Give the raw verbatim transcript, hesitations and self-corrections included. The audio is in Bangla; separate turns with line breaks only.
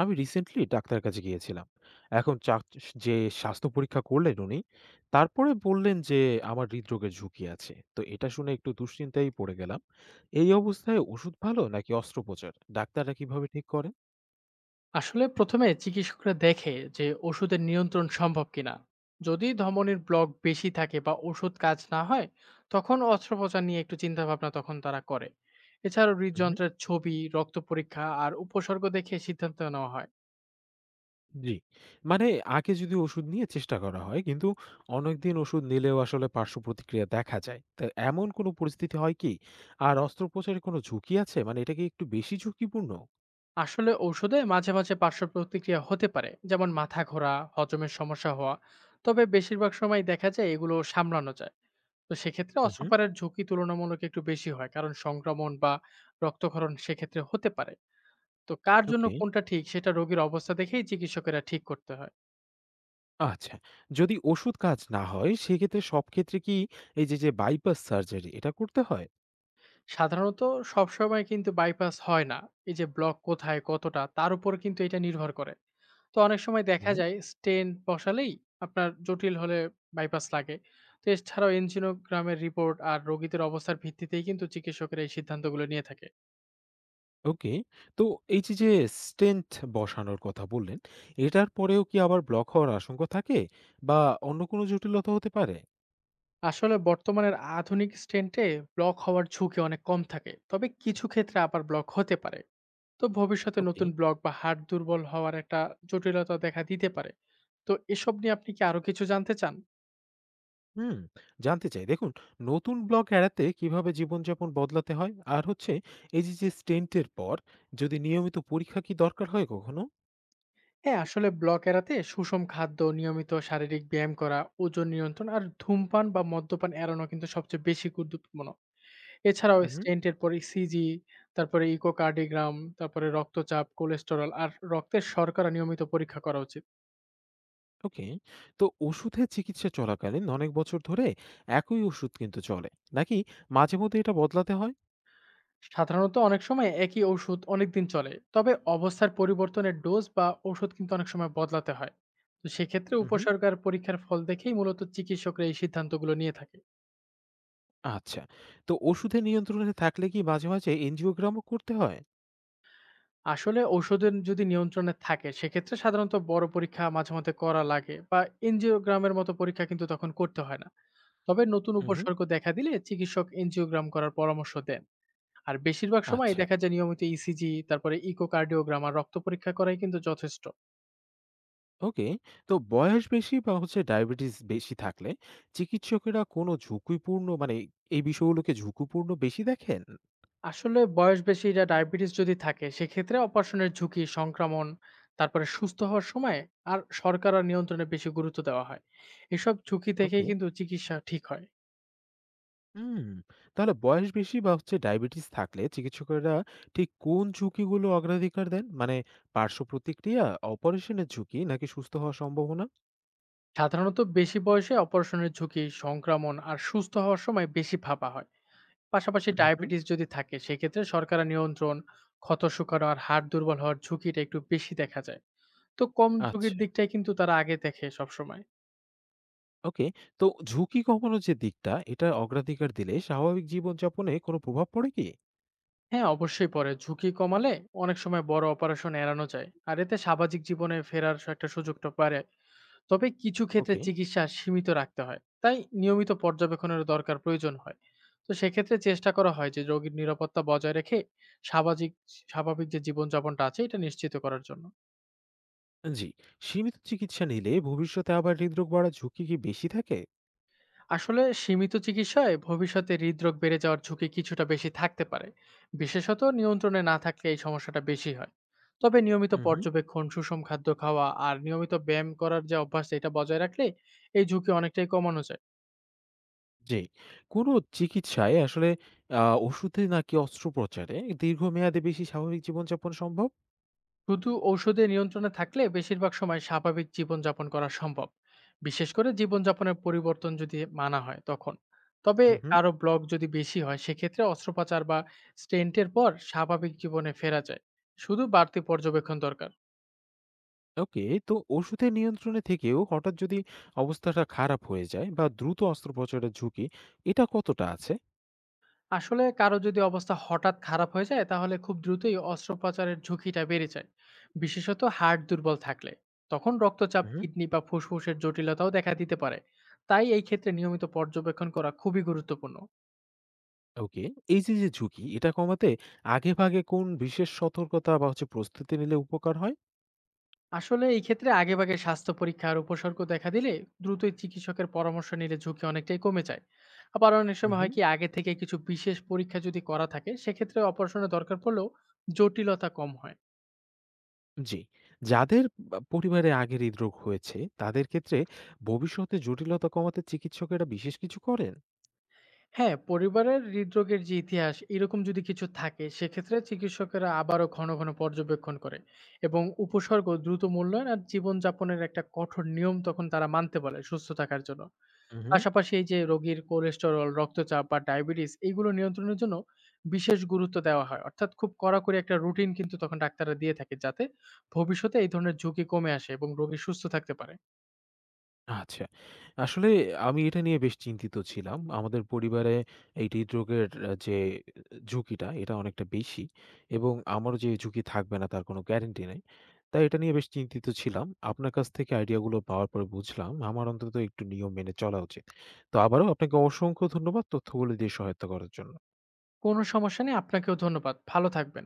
আমি রিসেন্টলি ডাক্তারের কাছে গিয়েছিলাম। এখন চাক যে স্বাস্থ্য পরীক্ষা করলেন উনি, তারপরে বললেন যে আমার হৃদরোগের ঝুঁকি আছে। তো এটা শুনে একটু দুশ্চিন্তায় পড়ে গেলাম। এই অবস্থায় ওষুধ ভালো নাকি অস্ত্রোপচার? ডাক্তাররা কিভাবে ঠিক করেন?
আসলে প্রথমে চিকিৎসকরা দেখে যে ওষুধের নিয়ন্ত্রণ সম্ভব কিনা, যদি ধমনীর ব্লক বেশি থাকে বা ওষুধ কাজ না হয় তখন অস্ত্রোপচার নিয়ে একটু চিন্তা ভাবনা তখন তারা করে এছাড়াও
উহু।
হৃদযন্ত্রের ছবি, রক্ত পরীক্ষা আর উপসর্গ দেখে সিদ্ধান্ত নেওয়া হয়।
জি। মানে আগে যদি ওষুধ নিয়ে চেষ্টা করা হয়, কিন্তু অনেকদিন ওষুধ নিলেও আসলে পার্শ্বপ্রতিক্রিয়া দেখা যায়। তো এমন কোনো পরিস্থিতি হয় কি? আর অস্ত্রোপচারে কোনো ঝুঁকি আছে? মানে এটা কি একটু বেশি ঝুঁকিপূর্ণ?
আসলে ঔষধে মাঝে মাঝে পার্শ্ব প্রতিক্রিয়া হতে পারে, যেমন মাথা ঘোরা, হজমের সমস্যা হওয়া। তবে বেশিরভাগ সময় দেখা যায় এগুলো সামলানো যায়। তো সেক্ষেত্রে
উহু।
অস্ত্রোপচারের ঝুঁকি তুলনামূলক একটু বেশি হয়, কারণ সংক্রমণ বা রক্তক্ষরণ সেক্ষেত্রে হতে পারে। তো কার জন্য
ওকে।
কোনটা ঠিক সেটা রোগীর অবস্থা দেখেই চিকিৎসকেরা ঠিক করতে হয়।
আচ্ছা। যদি ওষুধ কাজ না হয় সেক্ষেত্রে সব ক্ষেত্রে কি এই যে, যে বাইপাস সার্জারি এটা করতে হয়?
সাধারণত সবসময় কিন্তু বাইপাস হয় না। এই যে ব্লক কোথায়, কতটা, তার উপর কিন্তু এটা নির্ভর করে। তো অনেক সময় দেখা
হুম।
যায় স্টেন্ট বসালেই, আপনার জটিল হলে বাইপাস লাগে। তো এছাড়াও এনজিওগ্রামের রিপোর্ট আর রোগীদের অবস্থার ভিত্তিতেই কিন্তু চিকিৎসকেরা এই সিদ্ধান্তগুলো নিয়ে থাকে।
ওকে। তো এই যে, যে স্টেন্ট বসানোর কথা বললেন, এটার পরেও কি আবার ব্লক হওয়ার আশঙ্কা থাকে বা অন্য কোনো জটিলতা হতে পারে?
আসলে বর্তমানের আধুনিক স্টেন্টে ব্লক হওয়ার ঝুঁকি অনেক কম থাকে। তবে কিছু ক্ষেত্রে আবার ব্লক হতে পারে। তো ভবিষ্যতে
ওকে।
নতুন ব্লগ বা হাড় দুর্বল হওয়ার একটা জটিলতা দেখা দিতে পারে। তো এসব নিয়ে আপনি কি আরো কিছু জানতে চান?
হুম, জানতে চাই। দেখুন নতুন ব্লক এড়াতে কিভাবে জীবনযাপন বদলাতে হয়? আর হচ্ছে এই যে, যে স্টেন্ট এর পর যদি নিয়মিত পরীক্ষা কি দরকার হয় কখনো?
হ্যাঁ, আসলে ব্লক এড়াতে সুষম খাদ্য, নিয়মিত শারীরিক ব্যায়াম করা, ওজন নিয়ন্ত্রণ আর ধূমপান বা মদ্যপান এড়ানো কিন্তু সবচেয়ে বেশি গুরুত্বপূর্ণ। এছাড়াও
উহু।
স্টেন্ট এর পরে সিজি, তারপরে ইকোকার্ডিগ্রাম, তারপরে রক্তচাপ, কোলেস্টেরল আর রক্তের শর্করা নিয়মিত পরীক্ষা করা উচিত।
ওকে। তো ওষুধের চিকিৎসা চলাকালীন অনেক বছর ধরে একই ওষুধ কিন্তু চলে, নাকি মাঝে মধ্যে এটা বদলাতে হয়?
সাধারণত অনেক সময় একই ওষুধ অনেক দিন চলে, তবে অবস্থার পরিবর্তনের ডোজ বা ওষুধ কিন্তু অনেক সময় বদলাতে হয়। তো সেক্ষেত্রে
হুম।
উপসর্গ আর পরীক্ষার ফল দেখেই মূলত চিকিৎসকরা এই সিদ্ধান্তগুলো নিয়ে থাকে।
আচ্ছা। তো ওষুধের নিয়ন্ত্রণে থাকলে কি মাঝে মাঝে এনজিওগ্রামও করতে হয়?
আসলে ওষুধের যদি নিয়ন্ত্রণে থাকে সেক্ষেত্রে সাধারণত বড় পরীক্ষা মাঝে মধ্যে করা লাগে বা এনজিওগ্রামের মতো পরীক্ষা কিন্তু তখন করতে হয় না। তবে নতুন
হুম।
উপসর্গ দেখা দিলে চিকিৎসক এনজিওগ্রাম করার পরামর্শ দেন। আর বেশিরভাগ সময়
আচ্ছা।
দেখা যায় নিয়মিত ইসিজি, তারপরে ইকোকার্ডিওগ্রাম আর রক্ত পরীক্ষা করাই কিন্তু যথেষ্ট।
ওকে। তো বয়স বেশি বা হচ্ছে ডায়াবেটিস বেশি থাকলে চিকিৎসকেরা কোনো ঝুঁকিপূর্ণ, মানে এই বিষয়গুলোকে ঝুঁকিপূর্ণ বেশি দেখেন?
আসলে বয়স বেশিরা ডায়াবেটিস যদি থাকে সেক্ষেত্রে অপারেশনের ঝুঁকি, সংক্রমণ, তারপরে সুস্থ হওয়ার সময়, আর সরকার আর নিয়ন্ত্রণে বেশি গুরুত্ব দেওয়া হয়। এসব ঝুঁকি
ওকে।
থেকেই কিন্তু চিকিৎসা ঠিক হয়।
হুম, তাহলে বয়স বেশি বা হচ্ছে ডায়াবেটিস থাকলে চিকিৎসকেরা ঠিক কোন ঝুঁকিগুলো অগ্রাধিকার দেন? মানে পার্শ্ব প্রতিক্রিয়া, অপারেশনের ঝুঁকি নাকি সুস্থ হওয়ার সম্ভাবনা?
সাধারণত বেশি বয়সে অপারেশনের ঝুঁকি, সংক্রমণ আর সুস্থ হওয়ার সময় বেশি ভাবা হয়। পাশাপাশি
হুম, হুম।
ডায়াবেটিস যদি থাকে সেক্ষেত্রে সরকার আর নিয়ন্ত্রণ, ক্ষত শুকানো আর হাড় দুর্বল হওয়ার ঝুঁকিটা একটু বেশি দেখা যায়। তো কম
আচ্ছা,
ঝুঁকির দিকটাই কিন্তু তারা আগে দেখে সবসময়।
ওকে। তো ঝুঁকি কমানোর যে দিকটা, এটা অগ্রাধিকার দিলে স্বাভাবিক জীবনযাপনে কোনো প্রভাব পড়ে কি?
হ্যাঁ, অবশ্যই পড়ে। ঝুঁকি কমালে অনেক সময় বড় অপারেশন এড়ানো যায়। আর এতে সামাজিক জীবনে ফেরার স একটা সুযোগটা বাড়ে। তবে কিছু ক্ষেত্রে
ওকে।
চিকিৎসা সীমিত রাখতে হয়। তাই নিয়মিত পর্যবেক্ষণের দরকার প্রয়োজন হয়। তো সেক্ষেত্রে চেষ্টা করা হয় যে রোগীর নিরাপত্তা বজায় রেখে সামাজিক স্বাভাবিক যে জীবনযাপনটা আছে এটা নিশ্চিত করার জন্য।
জি। সীমিত চিকিৎসা নিলে ভবিষ্যতে আবার হৃদরোগ বাড়ার ঝুঁকি কি বেশি থাকে?
আসলে সীমিত চিকিৎসায় ভবিষ্যতে হৃদরোগ বেড়ে যাওয়ার ঝুঁকি কিছুটা বেশি থাকতে পারে। বিশেষত নিয়ন্ত্রণে না থাকলে এই সমস্যাটা বেশি হয়। তবে নিয়মিত
হুম, হুম।
পর্যবেক্ষণ, সুষম খাদ্য খাওয়া আর নিয়মিত ব্যায়াম করার যে অভ্যাস, এটা বজায় রাখলে এই ঝুঁকি অনেকটাই কমানো যায়।
জি। কোনো চিকিৎসায় আসলে আ ওষুধে নাকি অস্ত্রোপচারে দীর্ঘমেয়াদে বেশি স্বাভাবিক জীবনযাপন সম্ভব?
শুধু ঔষধে নিয়ন্ত্রণে থাকলে বেশিরভাগ সময় স্বাভাবিক জীবনযাপন করা সম্ভব, বিশেষ করে জীবনযাপনের পরিবর্তন যদি মানা হয় তখন। তবে
হুম, হুম।
কারো ব্লক যদি বেশি হয় সেক্ষেত্রে অস্ত্রোপচার বা স্টেন্টের পর স্বাভাবিক জীবনে ফেরা যায়, শুধু বাড়তি পর্যবেক্ষণ দরকার।
ওকে। তো ওষুধের নিয়ন্ত্রণে থেকেও হঠাৎ যদি অবস্থাটা খারাপ হয়ে যায় বা দ্রুত অস্ত্রোপচারের ঝুঁকি, এটা কতটা আছে?
আসলে কারো যদি অবস্থা হঠাৎ খারাপ হয়ে যায় তাহলে খুব দ্রুতই অস্ত্রোপচারের ঝুঁকিটা বেড়ে যায়, বিশেষত হার্ট দুর্বল থাকলে। তখন রক্তচাপ,
হুম।
কিডনি বা ফুসফুসের জটিলতাও দেখা দিতে পারে। তাই এই ক্ষেত্রে নিয়মিত পর্যবেক্ষণ করা খুবই গুরুত্বপূর্ণ।
ওকে। এই যে, যে ঝুঁকি, এটা কমাতে আগেভাগে কোন বিশেষ সতর্কতা বা হচ্ছে প্রস্তুতি নিলে উপকার হয়?
আসলে এই ক্ষেত্রে আগেভাগে স্বাস্থ্য পরীক্ষা আর উপসর্গ দেখা দিলে দ্রুতই চিকিৎসকের পরামর্শ নিলে ঝুঁকি অনেকটাই কমে যায়। আবার অনেক
হুম,
সময়
হুম।
হয় কি, আগে থেকে কিছু বিশেষ পরীক্ষা যদি করা থাকে সেক্ষেত্রে অপারেশনের দরকার পড়লেও জটিলতা কম হয়।
জি। যাদের বা পরিবারে আগে হৃদরোগ হয়েছে, তাদের ক্ষেত্রে ভবিষ্যতে জটিলতা কমাতে চিকিৎসকেরা বিশেষ কিছু করেন?
হ্যাঁ, পরিবারের হৃদরোগের যে ইতিহাস, এরকম যদি কিছু থাকে সেক্ষেত্রে চিকিৎসকেরা আবারও ঘন ঘন পর্যবেক্ষণ করে এবং উপসর্গ দ্রুত মূল্যায়ন আর জীবনযাপনের একটা কঠোর নিয়ম তখন তারা মানতে বলে সুস্থ থাকার জন্য।
হুম, হুম।
পাশাপাশি এই যে রোগীর কোলেস্টেরল, রক্তচাপ বা ডায়াবেটিস, এইগুলো নিয়ন্ত্রণের জন্য বিশেষ গুরুত্ব দেওয়া হয়। অর্থাৎ খুব কড়াকড়ি একটা রুটিন কিন্তু তখন ডাক্তাররা দিয়ে থাকে, যাতে ভবিষ্যতে এই ধরনের ঝুঁকি কমে আসে এবং রোগী সুস্থ থাকতে পারে।
আচ্ছা। আসলে আমি এটা নিয়ে বেশ চিন্তিত ছিলাম। আমাদের পরিবারে এই হৃদরোগের আ যে ঝুঁকিটা, এটা অনেকটা বেশি, এবং আমারও যে ঝুঁকি থাকবে না তার কোনো গ্যারান্টি নেই। তাই এটা নিয়ে বেশ চিন্তিত ছিলাম। আপনার কাছ থেকে আইডিয়াগুলো পাওয়ার পরে বুঝলাম আমার অন্তত একটু নিয়ম মেনে চলা উচিত। তো আবারও আপনাকে অসংখ্য ধন্যবাদ তথ্যগুলো দিয়ে সহায়তা করার জন্য।
কোনো সমস্যা নেই, আপনাকেও ধন্যবাদ। ভালো থাকবেন।